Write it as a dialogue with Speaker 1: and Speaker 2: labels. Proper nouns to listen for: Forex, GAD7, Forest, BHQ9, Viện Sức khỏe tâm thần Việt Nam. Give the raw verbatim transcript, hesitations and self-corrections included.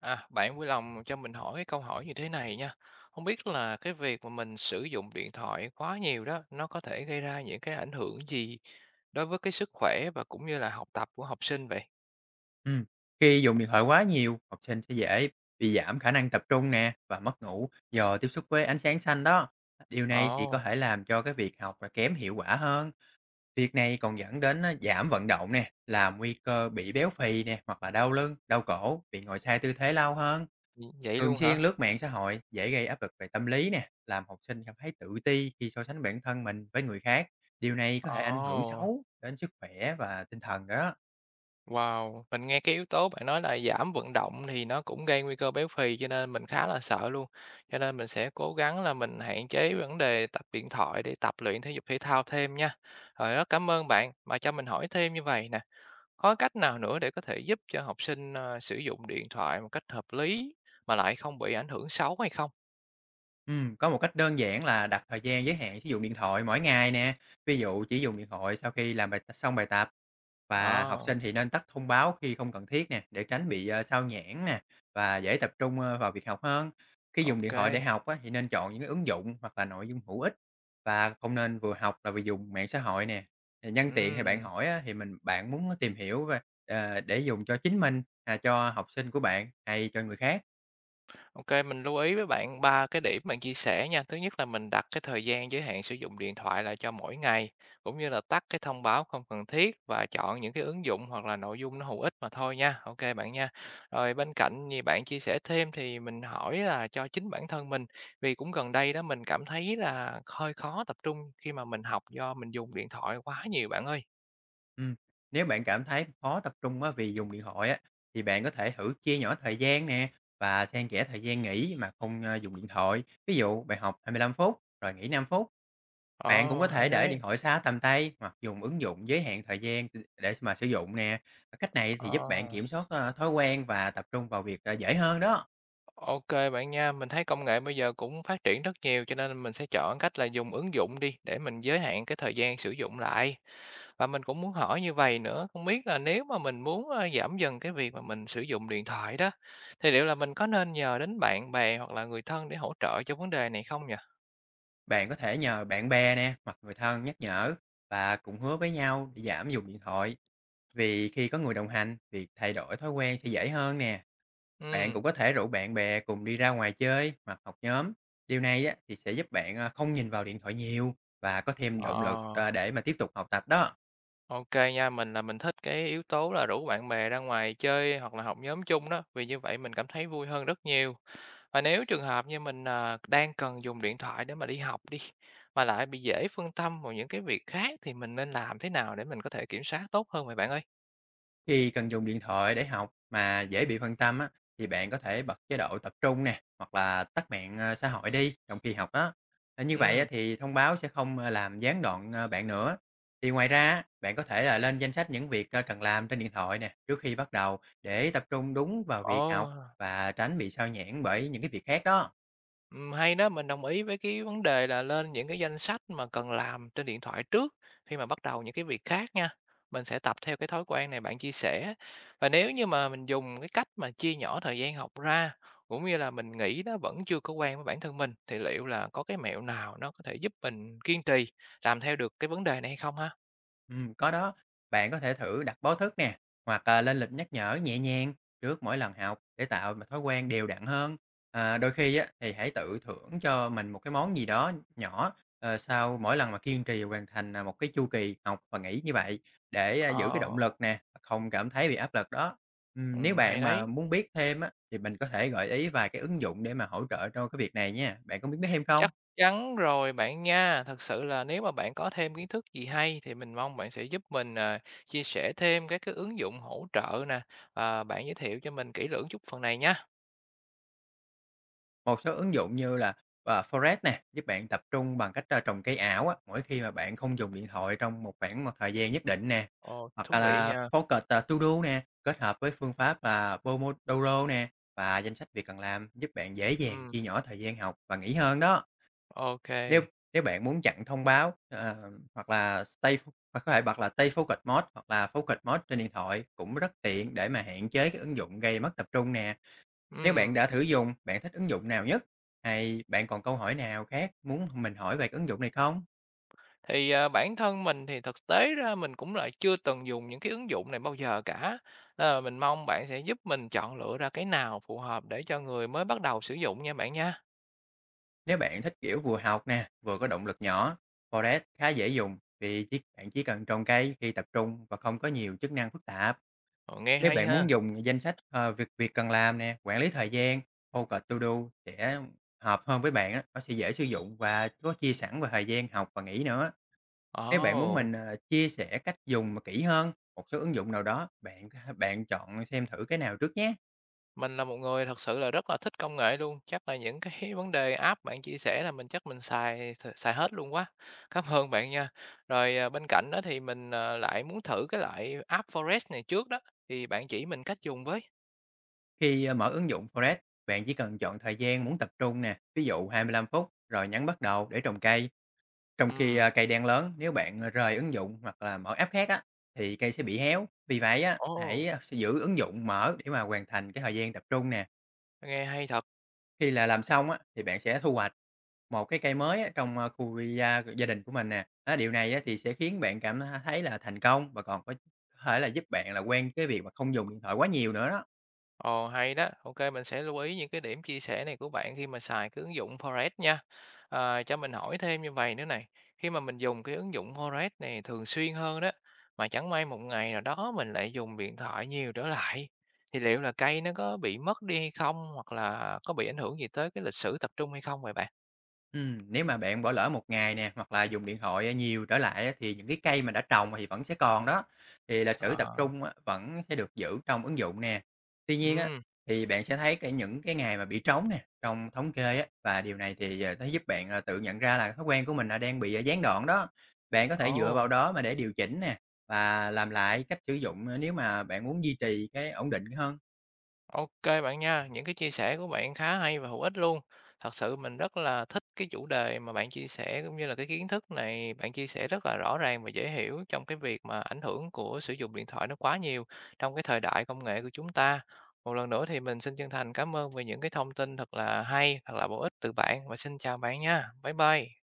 Speaker 1: À, bạn vui lòng cho mình hỏi cái câu hỏi như thế này nha. Không biết là cái việc mà mình sử dụng điện thoại quá nhiều đó, nó có thể gây ra những cái ảnh hưởng gì đối với cái sức khỏe và cũng như là học tập của học sinh vậy?
Speaker 2: Ừm, khi dùng điện thoại quá nhiều, học sinh sẽ dễ bị giảm khả năng tập trung nè và mất ngủ do tiếp xúc với ánh sáng xanh đó. Điều này thì có
Speaker 1: Ồ,
Speaker 2: thể làm cho cái việc học là kém hiệu quả hơn. Việc này còn dẫn đến á, giảm vận động nè, làm nguy cơ bị béo phì nè hoặc là đau lưng, đau cổ vì ngồi sai tư thế lâu hơn.
Speaker 1: vậy vậy
Speaker 2: Thường
Speaker 1: luôn
Speaker 2: xuyên
Speaker 1: hả?
Speaker 2: lướt mạng xã hội dễ gây áp lực về tâm lý nè, làm học sinh cảm thấy tự ti khi so sánh bản thân mình với người khác. Điều này có thể ảnh hưởng
Speaker 1: Ồ,
Speaker 2: xấu đến sức khỏe và tinh thần đó.
Speaker 1: wow. Mình nghe cái yếu tố bạn nói là giảm vận động thì nó cũng gây nguy cơ béo phì cho nên mình khá là sợ luôn. Cho nên mình sẽ cố gắng là mình hạn chế vấn đề tập điện thoại để tập luyện thể dục thể thao thêm nha. Rồi rất cảm ơn bạn mà cho mình hỏi thêm như vậy nè. Có cách nào nữa để có thể giúp cho học sinh, a, sử dụng điện thoại một cách hợp lý mà lại không bị ảnh hưởng xấu hay không?
Speaker 2: Ừm, có một cách đơn giản là đặt thời gian giới hạn sử dụng điện thoại mỗi ngày nè, ví dụ chỉ dùng điện thoại sau khi làm bài xong bài tập. Và học
Speaker 1: Ờ,
Speaker 2: sinh thì nên tắt thông báo khi không cần thiết nè, để tránh bị, ờ, xao nhãng nè, và dễ tập trung, ơ, vào việc học hơn. Khi
Speaker 1: ô
Speaker 2: dùng điện
Speaker 1: kê,
Speaker 2: thoại để học á, thì nên chọn những cái ứng dụng hoặc là nội dung hữu ích và không nên vừa học là vừa dùng mạng xã hội nè. Thì nhân tiện thì bạn hỏi á, thì mình bạn muốn tìm hiểu về, ờ, để dùng cho chính mình, à, cho học sinh của bạn hay cho người khác?
Speaker 1: OK, mình lưu ý với bạn ba cái điểm bạn chia sẻ nha. Thứ nhất là mình đặt cái thời gian giới hạn sử dụng điện thoại lại cho mỗi ngày, cũng như là tắt cái thông báo không cần thiết và chọn những cái ứng dụng hoặc là nội dung nó hữu ích mà thôi nha. OK bạn nha. Rồi bên cạnh như bạn chia sẻ thêm thì mình hỏi là cho chính bản thân mình, vì cũng gần đây đó mình cảm thấy là hơi khó tập trung khi mà mình học do mình dùng điện thoại quá nhiều bạn ơi.
Speaker 2: Ừm, nếu bạn cảm thấy khó tập trung á vì dùng điện thoại á, thì bạn có thể thử chia nhỏ thời gian nè và xen kẽ thời gian nghỉ mà không, ơ, dùng điện thoại. Ví dụ bạn học hai mươi lăm phút rồi nghỉ năm phút, bạn cũng
Speaker 1: Ồ,
Speaker 2: có
Speaker 1: hay
Speaker 2: thể để
Speaker 1: đấy.
Speaker 2: điện thoại xa tầm tay hoặc dùng ứng dụng giới hạn thời gian để mà sử dụng nè. Cách này thì giúp bạn
Speaker 1: Ờ.
Speaker 2: kiểm soát, ơ, thói quen và tập trung vào việc, ờ, dễ hơn đó.
Speaker 1: OK bạn nha, mình thấy công nghệ bây giờ cũng phát triển rất nhiều cho nên mình sẽ chọn cách là dùng ứng dụng đi để mình giới hạn cái thời gian sử dụng lại. Và mình cũng muốn hỏi như vầy nữa, không biết là nếu mà mình muốn, ơ, giảm dần cái việc mà mình sử dụng điện thoại đó, thì liệu là mình có nên nhờ đến bạn bè hoặc là người thân để hỗ trợ cho vấn đề này không nhỉ?
Speaker 2: Bạn có thể nhờ bạn bè nè hoặc người thân nhắc nhở và cũng hứa với nhau để giảm dùng điện thoại. Vì khi có người đồng hành, việc thay đổi thói quen sẽ dễ hơn nè. Bạn
Speaker 1: Ừm.
Speaker 2: cũng có thể rủ bạn bè cùng đi ra ngoài chơi hoặc học nhóm. Điều này á, thì sẽ giúp bạn, à, không nhìn vào điện thoại nhiều và có thêm động lực,
Speaker 1: Ờ.
Speaker 2: à, để mà tiếp tục học tập đó.
Speaker 1: OK nha, mình là mình thích cái yếu tố là rủ bạn bè ra ngoài chơi hoặc là học nhóm chung đó, vì như vậy mình cảm thấy vui hơn rất nhiều. Và nếu trường hợp như mình, à, đang cần dùng điện thoại để mà đi học đi, mà lại bị dễ phân tâm vào những cái việc khác thì mình nên làm thế nào để mình có thể kiểm soát tốt hơn vậy bạn ơi?
Speaker 2: Khi cần dùng điện thoại để học mà dễ bị phân tâm á, thì bạn có thể bật chế độ tập trung nè, hoặc là tắt mạng ờ, xã hội đi trong khi học á. Ờ, Như vậy á,
Speaker 1: Ừ.
Speaker 2: thì thông báo sẽ không ờ, làm gián đoạn ờ, bạn nữa. Thì ngoài ra, á, bạn có thể là lên danh sách những việc ờ, cần làm trên điện thoại nè trước khi bắt đầu để tập trung đúng vào việc học
Speaker 1: Ồ!
Speaker 2: và tránh bị sao nhãng bởi những cái việc khác đó.
Speaker 1: Ừm, hay đó, mình đồng ý với cái vấn đề là lên những cái danh sách mà cần làm trên điện thoại trước khi mà bắt đầu những cái việc khác nha. Mình sẽ tập theo cái thói quen này bạn chia sẻ. Và nếu như mà mình dùng cái cách mà chia nhỏ thời gian học ra, cũng như là mình nghĩ nó vẫn chưa có quen với bản thân mình, thì liệu là có cái mẹo nào nó có thể giúp mình kiên trì làm theo được cái vấn đề này hay không ha?
Speaker 2: Ừm, có đó. Bạn có thể thử đặt báo thức nè, hoặc, à, lên lịch nhắc nhở nhẹ nhàng trước mỗi lần học để tạo một thói quen đều đặn hơn. À, đôi khi á, thì hãy tự thưởng cho mình một cái món gì đó nhỏ, ờ, sau mỗi lần mà kiên trì hoàn thành, à, một cái chu kỳ học và nghỉ như vậy để, a, giữ cái động
Speaker 1: Ờ,
Speaker 2: lực nè, không cảm thấy bị áp lực đó. Ừm, nếu
Speaker 1: ừm, hay
Speaker 2: bạn mà
Speaker 1: đấy.
Speaker 2: muốn biết thêm á, thì mình có thể gợi ý vài cái ứng dụng để mà hỗ trợ cho cái việc này nha. Bạn có muốn biết thêm không?
Speaker 1: Chắc chắn rồi bạn nha. Thật sự là nếu mà bạn có thêm kiến thức gì hay thì mình mong bạn sẽ giúp mình, à, chia sẻ thêm các cái ứng dụng hỗ trợ nè, và bạn giới thiệu cho mình kỹ lưỡng chút phần này nhá.
Speaker 2: Một số ứng dụng như là, ờ, Forest nè, giúp bạn tập trung bằng cách, a, trồng cây ảo á, mỗi khi mà bạn không dùng điện thoại trong một khoảng một thời gian nhất định nè,
Speaker 1: Ồ,
Speaker 2: hoặc
Speaker 1: thú vị
Speaker 2: là
Speaker 1: nha.
Speaker 2: Focus à, To Do nè, kết hợp với phương pháp là Pomodoro nè, và danh sách việc cần làm giúp bạn dễ dàng
Speaker 1: Ừm,
Speaker 2: chia nhỏ thời gian học và nghỉ hơn đó.
Speaker 1: ô
Speaker 2: Nếu nếu bạn muốn chặn thông báo, ờ, hoặc là stay ph hoặc có thể bật là Stay Focus Mode hoặc là Focus Mode trên điện thoại cũng rất tiện để mà hạn chế cái ứng dụng gây mất tập trung nè. Nếu bạn đã
Speaker 1: Ừm,
Speaker 2: thử dùng, bạn thích ứng dụng nào nhất? Hay bạn còn câu hỏi nào khác muốn mình hỏi về cái ứng dụng này không?
Speaker 1: thì, à, bản thân mình thì thực tế ra mình cũng lại chưa từng dùng những cái ứng dụng này bao giờ cả, nên là mình mong bạn sẽ giúp mình chọn lựa ra cái nào phù hợp để cho người mới bắt đầu sử dụng nha bạn nha.
Speaker 2: Nếu bạn thích kiểu vừa học nè, vừa có động lực nhỏ, Forest khá dễ dùng vì chỉ, bạn chỉ cần trồng cây khi tập trung và không có nhiều chức năng phức tạp.
Speaker 1: Ồ, nghe
Speaker 2: Nếu
Speaker 1: hay
Speaker 2: bạn
Speaker 1: ha.
Speaker 2: muốn dùng danh sách ờ, việc việc cần làm nè, quản lý thời gian, Focus To Do sẽ hợp hơn với bạn á, nó sẽ dễ sử dụng và có chia sẵn về thời gian học và nghỉ nữa. Nếu bạn muốn
Speaker 1: Ồ.
Speaker 2: mình, ờ, chia sẻ cách dùng mà kỹ hơn một số ứng dụng nào đó, bạn bạn chọn xem thử cái nào trước nhé.
Speaker 1: Mình là một người thật sự là rất là thích công nghệ luôn, chắc là những cái vấn đề app bạn chia sẻ là mình chắc mình xài xài hết luôn quá. Cảm ơn bạn nha. Rồi, à, bên cạnh đó thì mình, ờ, lại muốn thử cái loại app Forest này trước đó, thì bạn chỉ mình cách dùng với.
Speaker 2: Khi, ơ, mở ứng dụng Forest, bạn chỉ cần chọn thời gian muốn tập trung nè, ví dụ hai mươi lăm phút, rồi nhấn bắt đầu để trồng cây. Trong khi,
Speaker 1: Ừm,
Speaker 2: a, cây đang lớn, nếu bạn, ờ, rời ứng dụng hoặc là mở app khác á, thì cây sẽ bị héo. Vì vậy á,
Speaker 1: ồ,
Speaker 2: hãy, a, giữ ứng dụng mở để mà hoàn thành cái thời gian tập trung nè.
Speaker 1: nghe hay thật.
Speaker 2: Khi là làm xong á, thì bạn sẽ thu hoạch một cái cây mới á trong, a, khu vi gia gia đình của mình nè. Á, điều này á thì sẽ khiến bạn cảm thấy là thành công và còn có thể là giúp bạn là quen cái việc mà không dùng điện thoại quá nhiều nữa đó.
Speaker 1: Ồ, hay đó. OK, mình sẽ lưu ý những cái điểm chia sẻ này của bạn khi mà xài cái ứng dụng Forex nha. Ờ, cho mình hỏi thêm như vầy nữa này, khi mà mình dùng cái ứng dụng Forex này thường xuyên hơn đó, mà chẳng may một ngày nào đó mình lại dùng điện thoại nhiều trở lại, thì liệu là cây nó có bị mất đi hay không? Hoặc là có bị ảnh hưởng gì tới cái lịch sử tập trung hay không vậy bạn?
Speaker 2: Ừm, nếu mà bạn bỏ lỡ một ngày nè, hoặc là dùng điện thoại, ờ, nhiều trở lại á, thì những cái cây mà đã trồng thì vẫn sẽ còn đó, thì lịch sử tập
Speaker 1: Ờ,
Speaker 2: trung á, vẫn sẽ được giữ trong ứng dụng nè. Tuy nhiên á,
Speaker 1: ừm,
Speaker 2: thì bạn sẽ thấy cái những cái ngày mà bị trống nè, trong thống kê á, và điều này thì, ờ, nó giúp bạn, ờ, tự nhận ra là thói quen của mình là đang bị, à, gián đoạn đó. Bạn có thể dựa
Speaker 1: ồ.
Speaker 2: vào đó mà để điều chỉnh nè, và làm lại cách sử dụng, ơ, nếu mà bạn muốn duy trì cái ổn định hơn.
Speaker 1: OK bạn nha, những cái chia sẻ của bạn khá hay và hữu ích luôn. Thật sự mình rất là thích cái chủ đề mà bạn chia sẻ cũng như là cái kiến thức này bạn chia sẻ rất là rõ ràng và dễ hiểu trong cái việc mà ảnh hưởng của sử dụng điện thoại nó quá nhiều trong cái thời đại công nghệ của chúng ta. Một lần nữa thì mình xin chân thành cảm ơn về những cái thông tin thật là hay, thật là bổ ích từ bạn và xin chào bạn nha. Bye bye.